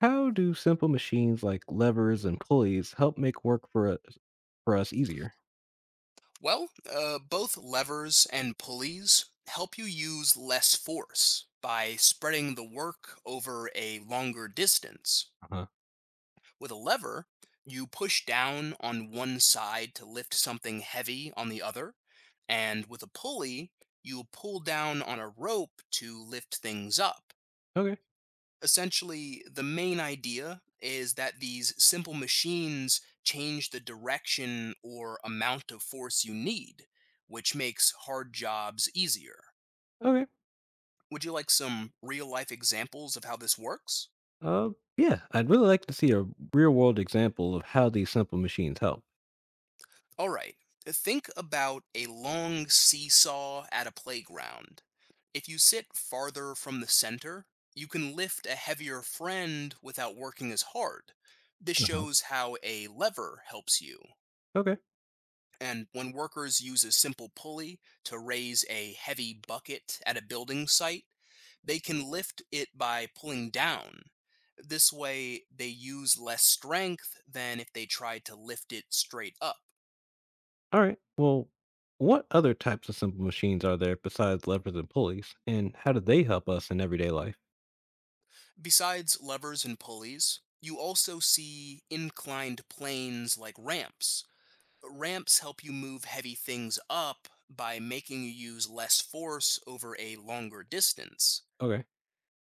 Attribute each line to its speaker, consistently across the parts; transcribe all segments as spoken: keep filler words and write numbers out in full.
Speaker 1: How do simple machines like levers and pulleys help make work for us for us easier?
Speaker 2: Well, uh, both levers and pulleys help you use less force by spreading the work over a longer distance.
Speaker 1: Uh-huh.
Speaker 2: With a lever, you push down on one side to lift something heavy on the other, and with a pulley, you pull down on a rope to lift things up.
Speaker 1: Okay.
Speaker 2: Essentially, the main idea is that these simple machines change the direction or amount of force you need, which makes hard jobs easier.
Speaker 1: Okay.
Speaker 2: Would you like some real life examples of how this works?
Speaker 1: Uh, yeah, I'd really like to see a real world example of how these simple machines help.
Speaker 2: All right, think about a long seesaw at a playground. If you sit farther from the center, you can lift a heavier friend without working as hard. This
Speaker 1: Uh-huh.
Speaker 2: shows how a lever helps you.
Speaker 1: Okay.
Speaker 2: And when workers use a simple pulley to raise a heavy bucket at a building site, they can lift it by pulling down. This way, they use less strength than if they tried to lift it straight up.
Speaker 1: All right. Well, what other types of simple machines are there besides levers and pulleys, and how do they help us in everyday life?
Speaker 2: Besides levers and pulleys, you also see inclined planes like ramps. Ramps help you move heavy things up by making you use less force over a longer distance.
Speaker 1: Okay.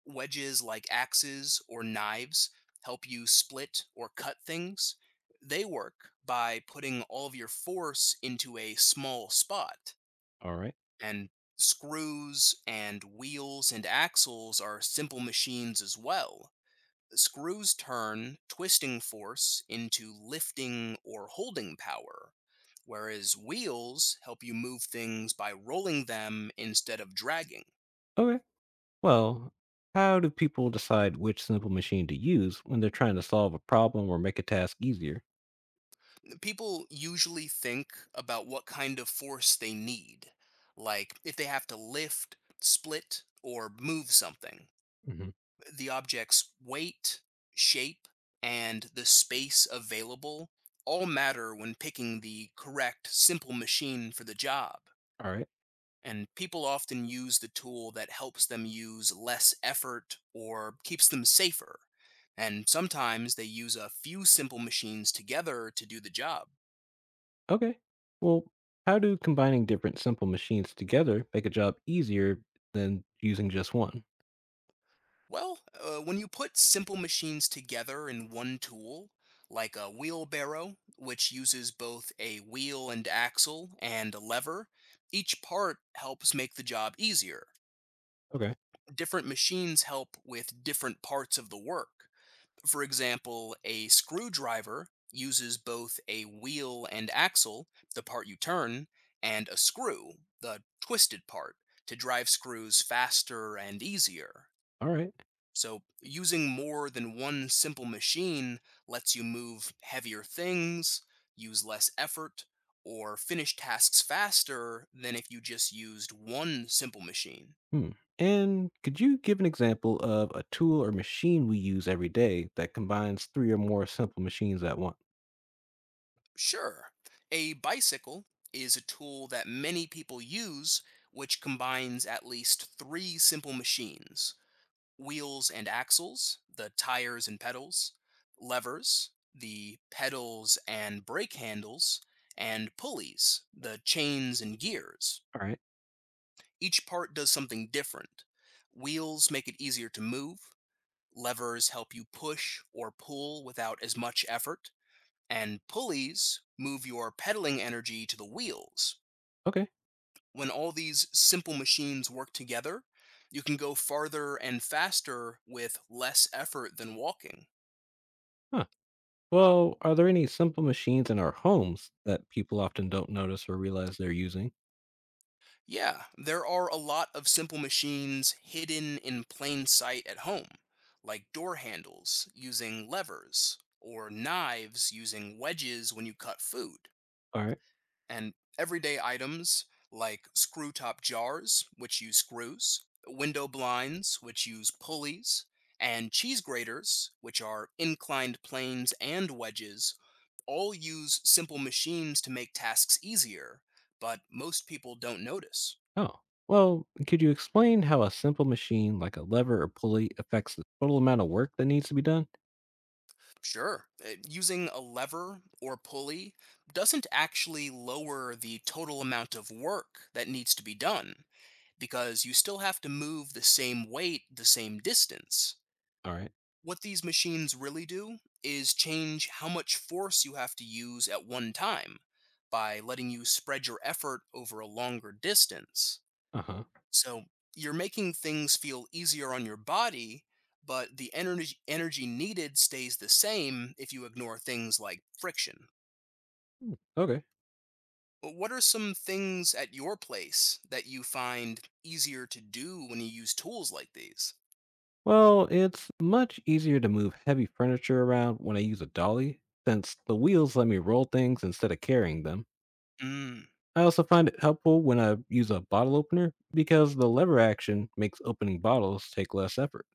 Speaker 2: Wedges like axes or knives help you split or cut things. They work by putting all of your force into a small spot.
Speaker 1: All right.
Speaker 2: And screws and wheels and axles are simple machines as well. Screws turn twisting force into lifting or holding power, whereas wheels help you move things by rolling them instead of dragging.
Speaker 1: Okay. Well, how do people decide which simple machine to use when they're trying to solve a problem or make a task easier?
Speaker 2: People usually think about what kind of force they need, like if they have to lift, split, or move something.
Speaker 1: Mhm.
Speaker 2: The object's weight, shape, and the space available all matter when picking the correct simple machine for the job.
Speaker 1: All right.
Speaker 2: And people often use the tool that helps them use less effort or keeps them safer. And sometimes they use a few simple machines together to do the job.
Speaker 1: Okay. Well, how do combining different simple machines together make a job easier than using just one?
Speaker 2: Well, uh, when you put simple machines together in one tool, like a wheelbarrow, which uses both a wheel and axle and a lever, each part helps make the job easier.
Speaker 1: Okay.
Speaker 2: Different machines help with different parts of the work. For example, a screwdriver uses both a wheel and axle, the part you turn, and a screw, the twisted part, to drive screws faster and easier.
Speaker 1: All right.
Speaker 2: So, using more than one simple machine lets you move heavier things, use less effort, or finish tasks faster than if you just used one simple machine.
Speaker 1: Hmm. And could you give an example of a tool or machine we use every day that combines three or more simple machines at once?
Speaker 2: Sure, a bicycle is a tool that many people use, which combines at least three simple machines: wheels and axles, the tires and pedals, levers, the pedals and brake handles, and pulleys, the chains and gears.
Speaker 1: All right.
Speaker 2: Each part does something different. Wheels make it easier to move, levers help you push or pull without as much effort, and pulleys move your pedaling energy to the wheels.
Speaker 1: Okay.
Speaker 2: When all these simple machines work together, you can go farther and faster with less effort than walking.
Speaker 1: Huh. Well, are there any simple machines in our homes that people often don't notice or realize they're using?
Speaker 2: Yeah, there are a lot of simple machines hidden in plain sight at home, like door handles using levers, or knives using wedges when you cut food,
Speaker 1: All right.
Speaker 2: and everyday items like screw top jars, which use screws, window blinds, which use pulleys, and cheese graters, which are inclined planes and wedges, all use simple machines to make tasks easier, but most people don't notice.
Speaker 1: Oh. Well, could you explain how a simple machine like a lever or pulley affects the total amount of work that needs to be done?
Speaker 2: Sure. Uh, Using a lever or pulley doesn't actually lower the total amount of work that needs to be done because you still have to move the same weight the same distance.
Speaker 1: All right.
Speaker 2: What these machines really do is change how much force you have to use at one time by letting you spread your effort over a longer distance.
Speaker 1: Uh-huh.
Speaker 2: So you're making things feel easier on your body, but the energy energy needed stays the same if you ignore things like friction.
Speaker 1: Okay.
Speaker 2: Wh- What are some things at your place that you find easier to do when you use tools like these?
Speaker 1: Well, it's much easier to move heavy furniture around when I use a dolly, since the wheels let me roll things instead of carrying them.
Speaker 2: Mm.
Speaker 1: I also find it helpful when I use a bottle opener because the lever action makes opening bottles take less effort.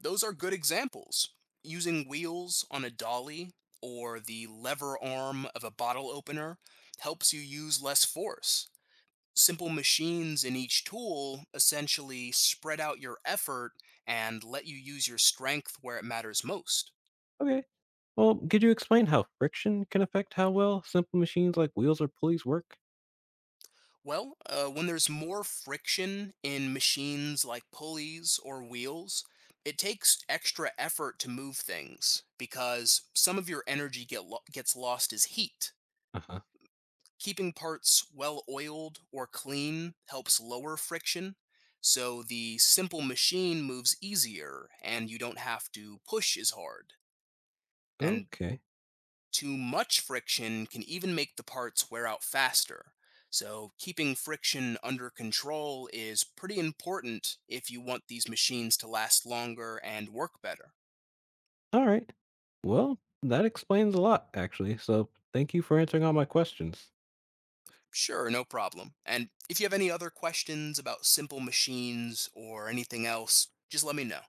Speaker 2: Those are good examples. Using wheels on a dolly or the lever arm of a bottle opener helps you use less force. Simple machines in each tool essentially spread out your effort and let you use your strength where it matters most.
Speaker 1: Okay. Well, could you explain how friction can affect how well simple machines like wheels or pulleys work?
Speaker 2: Well, uh, when there's more friction in machines like pulleys or wheels, it takes extra effort to move things because some of your energy get lo- gets lost as heat.
Speaker 1: Uh-huh.
Speaker 2: Keeping parts well oiled or clean helps lower friction, so the simple machine moves easier and you don't have to push as hard. And
Speaker 1: Okay.
Speaker 2: Too much friction can even make the parts wear out faster. So, keeping friction under control is pretty important if you want these machines to last longer and work better.
Speaker 1: All right. Well, that explains a lot, actually. So thank you for answering all my questions.
Speaker 2: Sure, no problem. And if you have any other questions about simple machines or anything else, just let me know.